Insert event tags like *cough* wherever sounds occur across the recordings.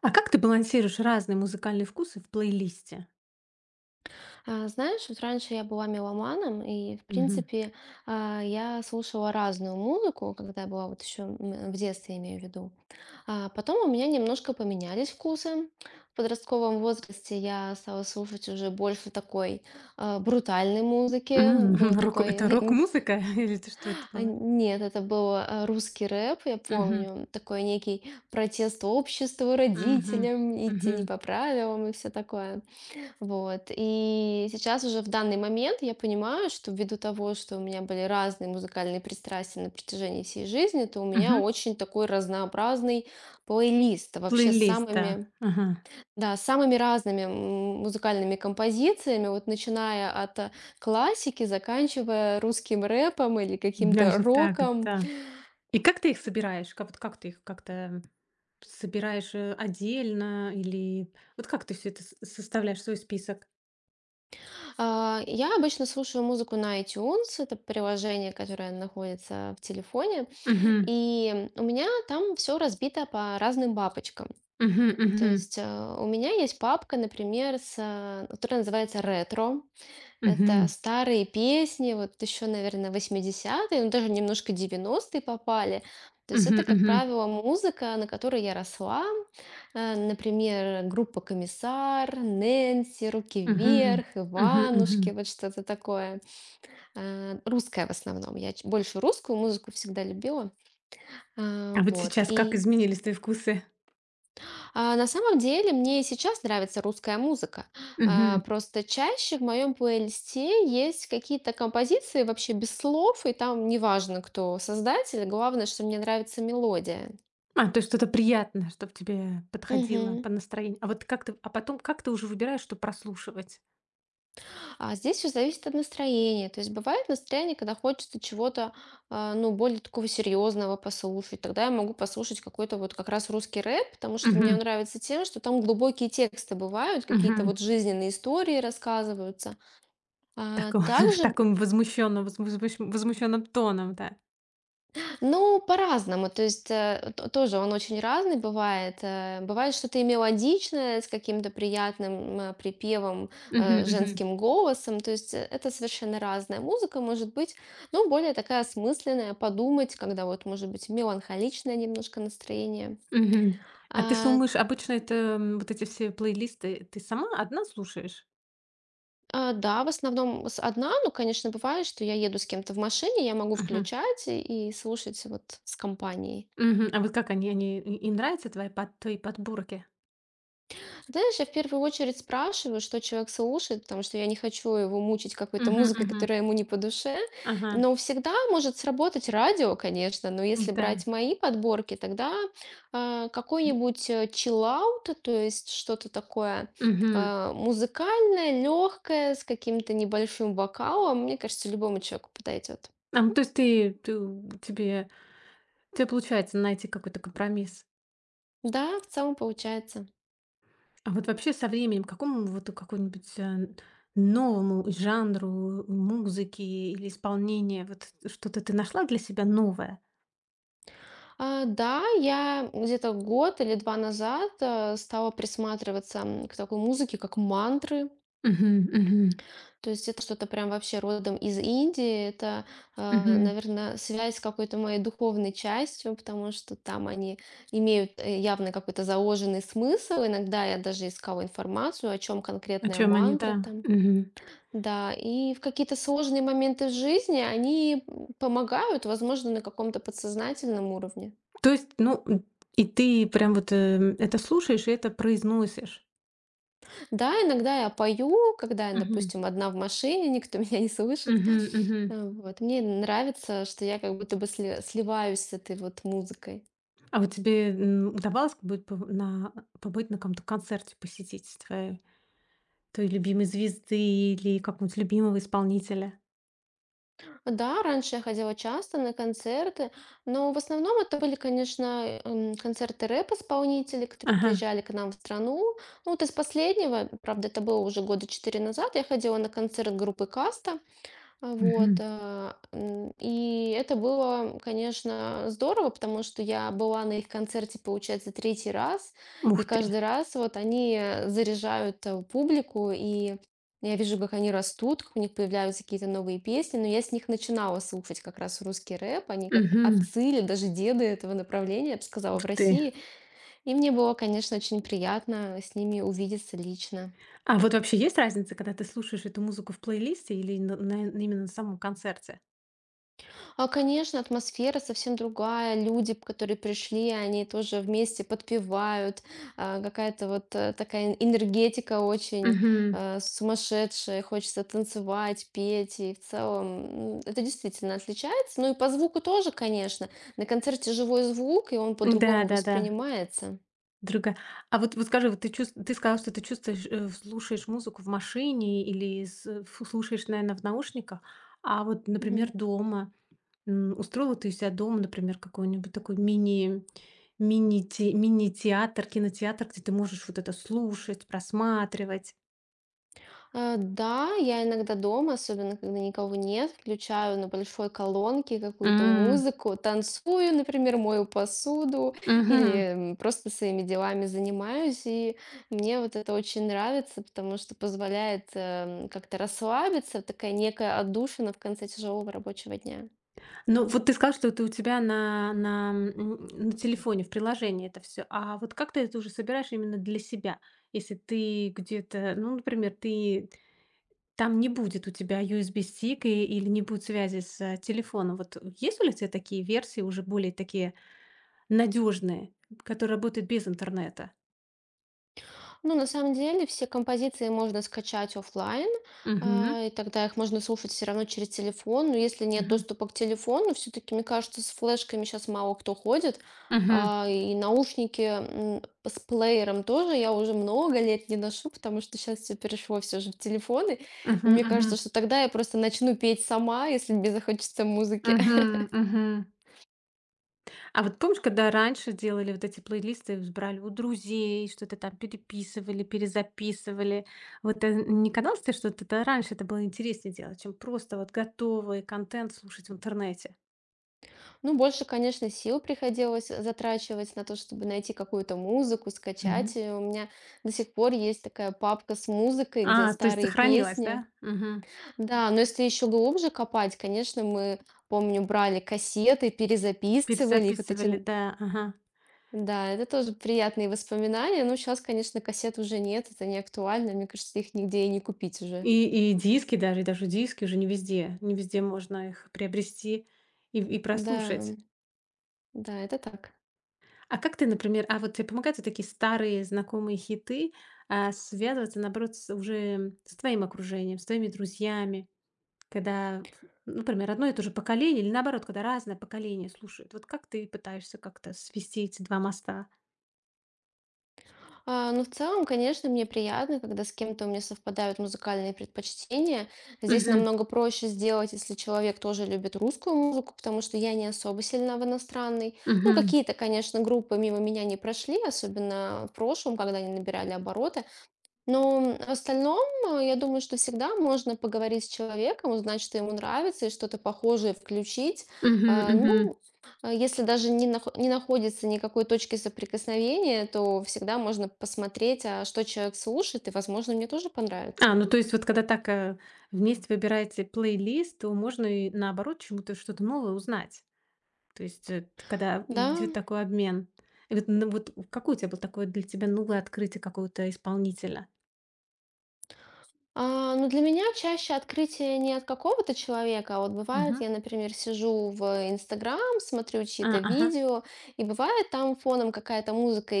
А как ты балансируешь разные музыкальные вкусы в плейлисте? Знаешь, вот раньше я была меломаном, и, в Мгм. принципе, я слушала разную музыку, когда я была вот еще в детстве, имею в виду. Потом у меня немножко поменялись вкусы. В подростковом возрасте я стала слушать уже больше такой брутальной М, музыки. Было *laughs* рок это такой. рок-музыка *laughs* или это что это *laughs* было? Нет, это был русский рэп, я Мгм. помню. Такой некий протест обществу, Мгм. родителям, идти не Мгм. по правилам и все такое. Вот. И сейчас уже в данный момент я понимаю, что ввиду того, что у меня были разные музыкальные пристрастия на протяжении всей жизни, то у меня Мгм. очень такой разнообразный плейлист вообще с Плейлист, да. самыми, Ага. да, с самыми разными музыкальными композициями, вот начиная от классики, заканчивая русским рэпом или каким-то Даже так, роком. да. И как ты их собираешь? Как вот как ты их как-то собираешь, отдельно или вот как ты все это с составляешь свой список? Я обычно слушаю музыку на iTunes, это приложение, которое находится в телефоне. Мгм. И у меня там все разбито по разным папочкам. Мгм. То Мгм. есть у меня есть папка, например, которая называется «Ретро». Это Мгм. старые песни, вот еще, наверное, 80-е, ну даже немножко 90-е попали. То есть Мгм. это, как Мгм. правило, музыка, на которой я росла. Например, группа «Комиссар», «Нэнси», «Руки Мгм. вверх», Мгм. «Иванушки», Мгм. вот что-то такое. Русская в основном. Я больше русскую музыку всегда любила. А вот Вот. сейчас как И изменились твои вкусы? На самом деле мне и сейчас нравится русская музыка. Просто чаще в моем плейлисте есть какие-то композиции вообще без слов, и там неважно, кто создатель, главное, что мне нравится мелодия. А, то есть что-то приятное, чтобы тебе подходило Мгм. по настроению. А вот как ты а потом как ты уже выбираешь, что прослушивать? А здесь все зависит от настроения. То есть бывает настроение, когда хочется чего-то, ну, более такого серьезного послушать. Тогда я могу послушать какой-то вот как раз русский рэп, потому что мне Мгм, он нравится тем, что там глубокие тексты бывают, какие-то мгм. вот жизненные истории рассказываются. В А, таком *laughs* в также, таком возмущенном, возмущенном тоном, да. ну, по-разному. То есть, тоже он очень разный бывает. Бывает что-то и мелодичное, с каким-то приятным припевом, Мгм, мгм, женским голосом. То есть, это совершенно разная музыка, может быть, ну, более такая осмысленная, подумать, когда вот, может быть, меланхоличное немножко настроение. мгм. А ты А, слушаешь обычно это, вот эти все плейлисты ты сама одна слушаешь? Да, в основном одна, но, конечно, бывает, что я еду с кем-то в машине, я могу Мгм, включать и слушать вот с компанией. мгм. А вот как они они и им нравятся твои под твои подборки? Знаешь, я в первую очередь спрашиваю, что человек слушает, потому что я не хочу его мучить какой-то Мгм, музыкой, мгм. которая ему не по душе. Ага, Но всегда может сработать радио, конечно, но если да. брать мои подборки, тогда М, какой-нибудь чиллаут, то есть что-то такое мгм. Музыкальное, легкое, с каким-то небольшим вокалом, мне кажется, любому человеку подойдет. А, ну то есть ты ты тебе У получается найти какой-то компромисс. Да, в целом получается. А вот вообще со временем к какому вот у какому-нибудь, новому жанру музыки или исполнения вот что-то ты нашла для себя новое? Да, я где-то год или 2 назад, стала присматриваться, к такой музыке, как мантры. Мгм, мгм, То есть это что-то прям вообще родом из Индии. Это, мгм. наверное, связь с какой-то моей духовной частью, потому что там они имеют, явно какой-то заложенный смысл. Иногда я даже искала информацию, о чем О конкретная чём они, мантра да. там. Мгм. Да, и в какие-то сложные моменты в жизни они, помогают, возможно, на каком-то подсознательном уровне. То есть, ну, м, и ты прям вот, это слушаешь и это произносишь. Да, иногда я пою, когда я, Мгм, допустим, одна в машине, никто *laughs* меня не слышит. мгм, мгм. Вот. Мне нравится, что я как будто бы сливаюсь с этой вот музыкой. А вот тебе, удавалось бы на побыть на каком-то концерте, посетить той любимой звезды или какого-нибудь любимого исполнителя. Да, раньше я ходила часто на концерты, но в основном это были, конечно, концерты рэп-исполнителей, которые Ага. приезжали к нам в страну. Ну, вот из последнего, правда, это было уже года четыре назад, я ходила на концерт группы Каста. Мгм. Вот. И это было, конечно, здорово, потому что я была на их концерте, получается, третий раз, и Ух ты. каждый раз вот они заряжают публику, и я вижу, как они растут, как у них появляются какие-то новые песни, но я с них начинала слушать как раз русский рэп, они как Мгм. отцы или даже деды этого направления, я бы сказала, Ух в ты. России, и мне было, конечно, очень приятно с ними увидеться лично. А вот вообще есть разница, когда ты слушаешь эту музыку в плейлисте или на именно на самом концерте? Конечно, атмосфера совсем другая. Люди, п которые пришли, они тоже вместе подпевают. Какая-то вот, такая энергетика очень, Мгм. Сумасшедшая. Хочется танцевать, петь. И в целом, это действительно отличается. Ну и по звуку тоже, конечно. На концерте живой звук, и он по-другому Да-да-да. воспринимается. Другая. А вот вот скажи, вот ты чувс ты сказал, что ты чувствуешь, слушаешь музыку в машине или с ф слушаешь, наверное, в наушниках. А вот, например, Мгм. дома. Устроила ты у себя дома, например, какой-нибудь такой мини мини-те мини-театр, кинотеатр, где ты можешь вот это слушать, просматривать. Да, я иногда дома, особенно когда никого нет, включаю на большой колонке какую-то М, музыку, танцую, например, мою посуду мгм. или просто своими делами занимаюсь. И мне вот это очень нравится, потому что позволяет как-то расслабиться, такая некая отдушина в конце тяжелого рабочего дня. Ну, вот ты сказал, что это у тебя на, на телефоне, в приложении это все. А вот как ты это уже собираешь именно для себя? Если ты где-то, ну, например, ты там не будет у тебя USB-стик и или не будет связи с телефоном. Вот есть ли у тебя такие версии уже более такие надежные, которые работают без интернета. Ну, на самом деле, все композиции можно скачать оффлайн, Мгм, и тогда их можно слушать все равно через телефон. Но если нет мгм, доступа к телефону, все-таки, мне кажется, с флешками сейчас мало кто ходит. мгм, И наушники с плеером тоже я уже много лет не ношу, потому что сейчас все перешло все же в телефоны. мгм, И мне мгм, кажется, что тогда я просто начну петь сама, если мне захочется музыки. мгм, мгм. А вот помнишь, когда раньше делали вот эти плейлисты, брали у друзей, что-то там переписывали, перезаписывали. Вот не казалось тебе, что это раньше это было интереснее делать, чем просто вот готовый контент слушать в интернете? Ну, больше, конечно, сил приходилось затрачивать на то, чтобы найти какую-то музыку, Мгм. скачать ее. У меня до сих пор есть такая папка с музыкой, где А, то есть старые сохранилось, песни. да? Мгм. Да, но если еще глубже копать, конечно, мы, помню, брали кассеты, перезаписывали их. Вот эти. Перезаписывали, да, ага. Да, это тоже приятные воспоминания. Но сейчас, конечно, кассет уже нет, это не актуально. Мне кажется, их нигде и не купить уже. И диски даже, и даже диски уже не везде не везде можно их приобрести и Да, прослушать. да, это так. А как ты, например, а вот тебе помогают вот такие старые знакомые хиты, связываться, наоборот, с уже с твоим окружением, с твоими друзьями, когда, ф например, одно и то же поколение или, наоборот, когда разное поколение слушает? Вот как ты пытаешься как-то свести эти два моста? Ну, в целом, конечно, мне приятно, когда с кем-то у меня совпадают музыкальные предпочтения. Здесь Мгм. намного проще сделать, если человек тоже любит русскую музыку, потому что я не особо сильна в иностранной. Ну, Мгм. какие-то, конечно, группы мимо меня не прошли, особенно в прошлом, когда они набирали обороты, но в остальном, я думаю, что всегда можно поговорить с человеком, узнать, что ему нравится, и что-то похожее включить. Мгм. Мгм. Ну, если даже не находится никакой точки соприкосновения, то всегда можно посмотреть, а что человек слушает, и, возможно, мне тоже А, понравится. ну то есть вот когда так, вместе выбираете плейлист, то можно и наоборот чему-то что-то новое узнать. То есть, э, т когда Да. идет такой обмен. И вот н вот какое у тебя было такое для тебя новое открытие какого-то исполнителя? Ну, для меня чаще открытие не от какого-то человека, а вот бывает, Мгм. я, например, сижу в Инстаграм, смотрю А, чьи-то ага. видео, и бывает там фоном какая-то музыка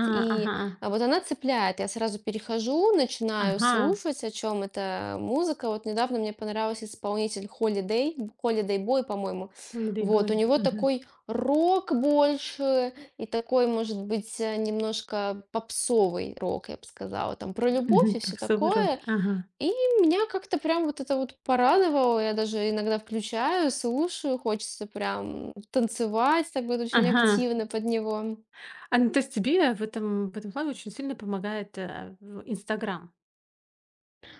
А, и ага. Вот она цепляет. Я сразу перехожу, начинаю Ага. слушать, о чем эта музыка. Вот недавно мне понравился исполнитель Holiday, Holiday Boy, по-моему. Holiday Вот, у Boy. него Мгм. такой рок больше, и такой, может быть, немножко попсовый рок, я бы сказала, там про любовь Мгм. и все Попсовый рок. такое. Ага. И меня как-то прям вот это вот порадовало. Я даже иногда включаю, слушаю, хочется прям танцевать так вот очень Ага. активно под него. А, ну то есть тебе в этом плане очень сильно помогает, в Инстаграм?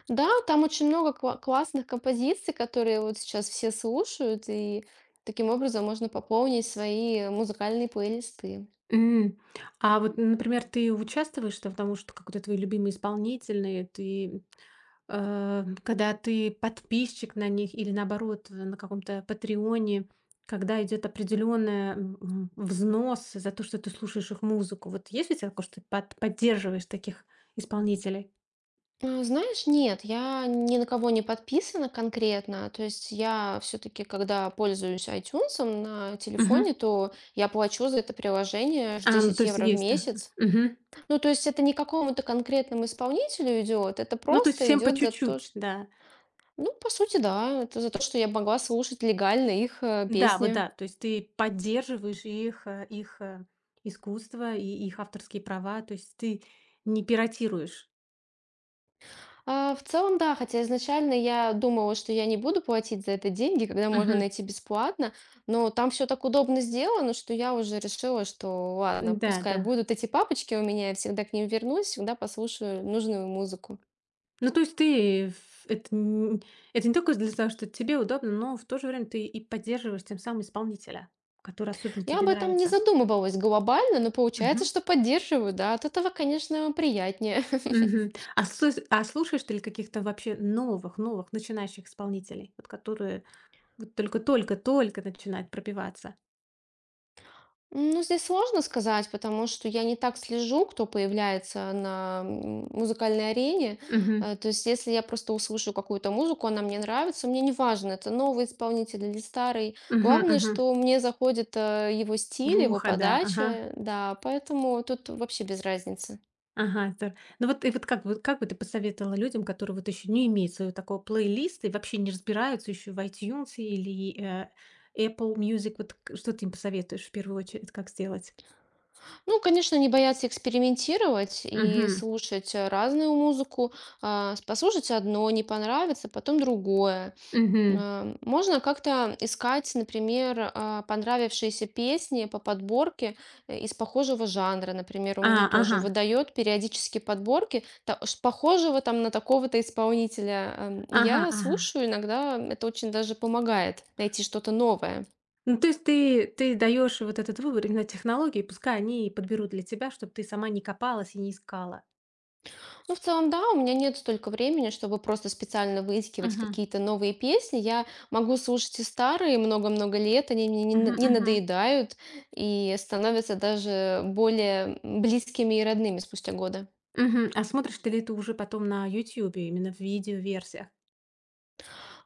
Да, там очень много классных композиций, которые вот сейчас все слушают, и таким образом можно пополнить свои музыкальные плейлисты. М. А вот, например, ты участвуешь там, потому что какой-то твой любимый исполнитель, ты, когда ты подписчик на них или наоборот на каком-то "Патреоне", когда идет определенная, взнос за то, что ты слушаешь их музыку. Вот есть у тебя такое, что ты под поддерживаешь таких исполнителей? Знаешь, нет, я ни на кого не подписана конкретно. То есть я все-таки, когда пользуюсь iTunes на Мгм. телефоне, то я плачу за это приложение аж А, ну то 10 есть евро в есть, да. месяц. Мгм. Ну, то есть это не к какому-то конкретному исполнителю идет, это Ну то есть просто всем по идет за то, чуть-чуть, что. да. Ну, по сути, да, это за то, что я могла слушать легально их Да, вот песни. да, то есть ты поддерживаешь их, э, их, искусство и их авторские права, то есть ты не пиратируешь. В целом, да, хотя изначально я думала, что я не буду платить за это деньги, когда можно Мгм. найти бесплатно, но там все так удобно сделано, что я уже решила, что ладно, Да, пускай да. будут эти папочки у меня, я всегда к ним вернусь, всегда послушаю нужную музыку. Ну, то есть ты ф это н это не только для того, что тебе удобно, но в то же время ты и поддерживаешь тем самым исполнителя, который особенно Я тебе об этом не нравится. задумывалась глобально, но получается, Мгм. что поддерживаю, да, от этого, конечно, приятнее. Мгм. *laughs* А слус а слушаешь ты ли каких-то вообще новых новых начинающих исполнителей, вот которые вот только только только начинают пробиваться? Ну, здесь сложно сказать, потому что я не так слежу, кто появляется на музыкальной арене. Мгм. То есть, если я просто услышу какую-то музыку, она мне нравится, мне не важно, это новый исполнитель или старый. Мгм Главное, мгм. что мне заходит его В стиль, его ухо, да. Ага. подача, да, поэтому тут вообще без разницы. Ага, здор Ну вот и вот как бы ты посоветовала людям, которые вот еще не имеют своего такого плейлиста и вообще не разбираются еще в iTunes или, Apple Music? Вот к что ты им посоветуешь в первую очередь, как сделать? Ну, конечно, не бояться экспериментировать и Мгм. слушать разную музыку. Послушать одно, не понравится, потом другое. Мгм. Можно как-то искать, например, понравившиеся песни по подборке из похожего жанра. Например, у А, меня тоже ага. выдает периодически подборки похожего там на такого-то исполнителя. Ага, Я ага. слушаю, иногда это очень даже помогает найти что-то новое. Ну, то есть ты ты даешь вот этот выбор именно технологий, пускай они и подберут для тебя, чтобы ты сама не копалась и не искала. Ну, в целом, да, у меня нет столько времени, чтобы просто специально выискивать Мгм. какие-то новые песни. Я могу слушать и старые много-много лет, они мне Мгм, не мгм. надоедают и становятся даже более близкими и родными спустя годы. А смотришь ты ли это уже потом на YouTube именно в видеоверсиях?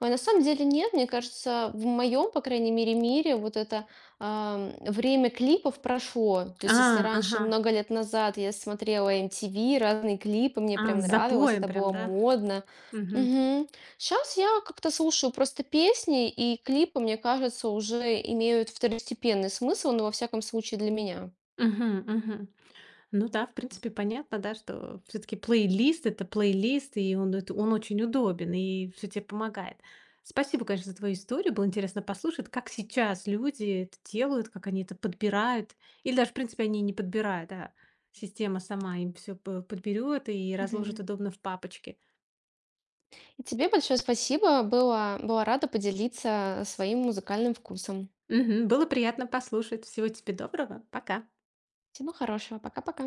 Ой, на самом деле нет, мне кажется, в моем, по крайней мере, мире вот это время клипов прошло. То А, есть, если раньше, ага. много лет назад, я смотрела MTV, разные клипы, мне А, прям с нравилось, запоем это прям, было да? модно. Мгм. Сейчас я как-то слушаю просто песни, и клипы, мне кажется, уже имеют второстепенный смысл, но во всяком случае для меня. Мгм, мгм. Ну да, в принципе, понятно, да, что все таки плейлист- это плейлист, и он это он очень удобен, и все тебе помогает. Спасибо, конечно, за твою историю. Было интересно послушать, как сейчас люди это делают, как они это подбирают. Или даже, в принципе, они и не подбирают, да. Система сама им все подберет и разложит Мгм. удобно в папочке. И тебе большое спасибо, была рада поделиться своим музыкальным вкусом. Мгм. Было приятно послушать. Всего тебе доброго. Пока. Всего хорошего, пока-пока.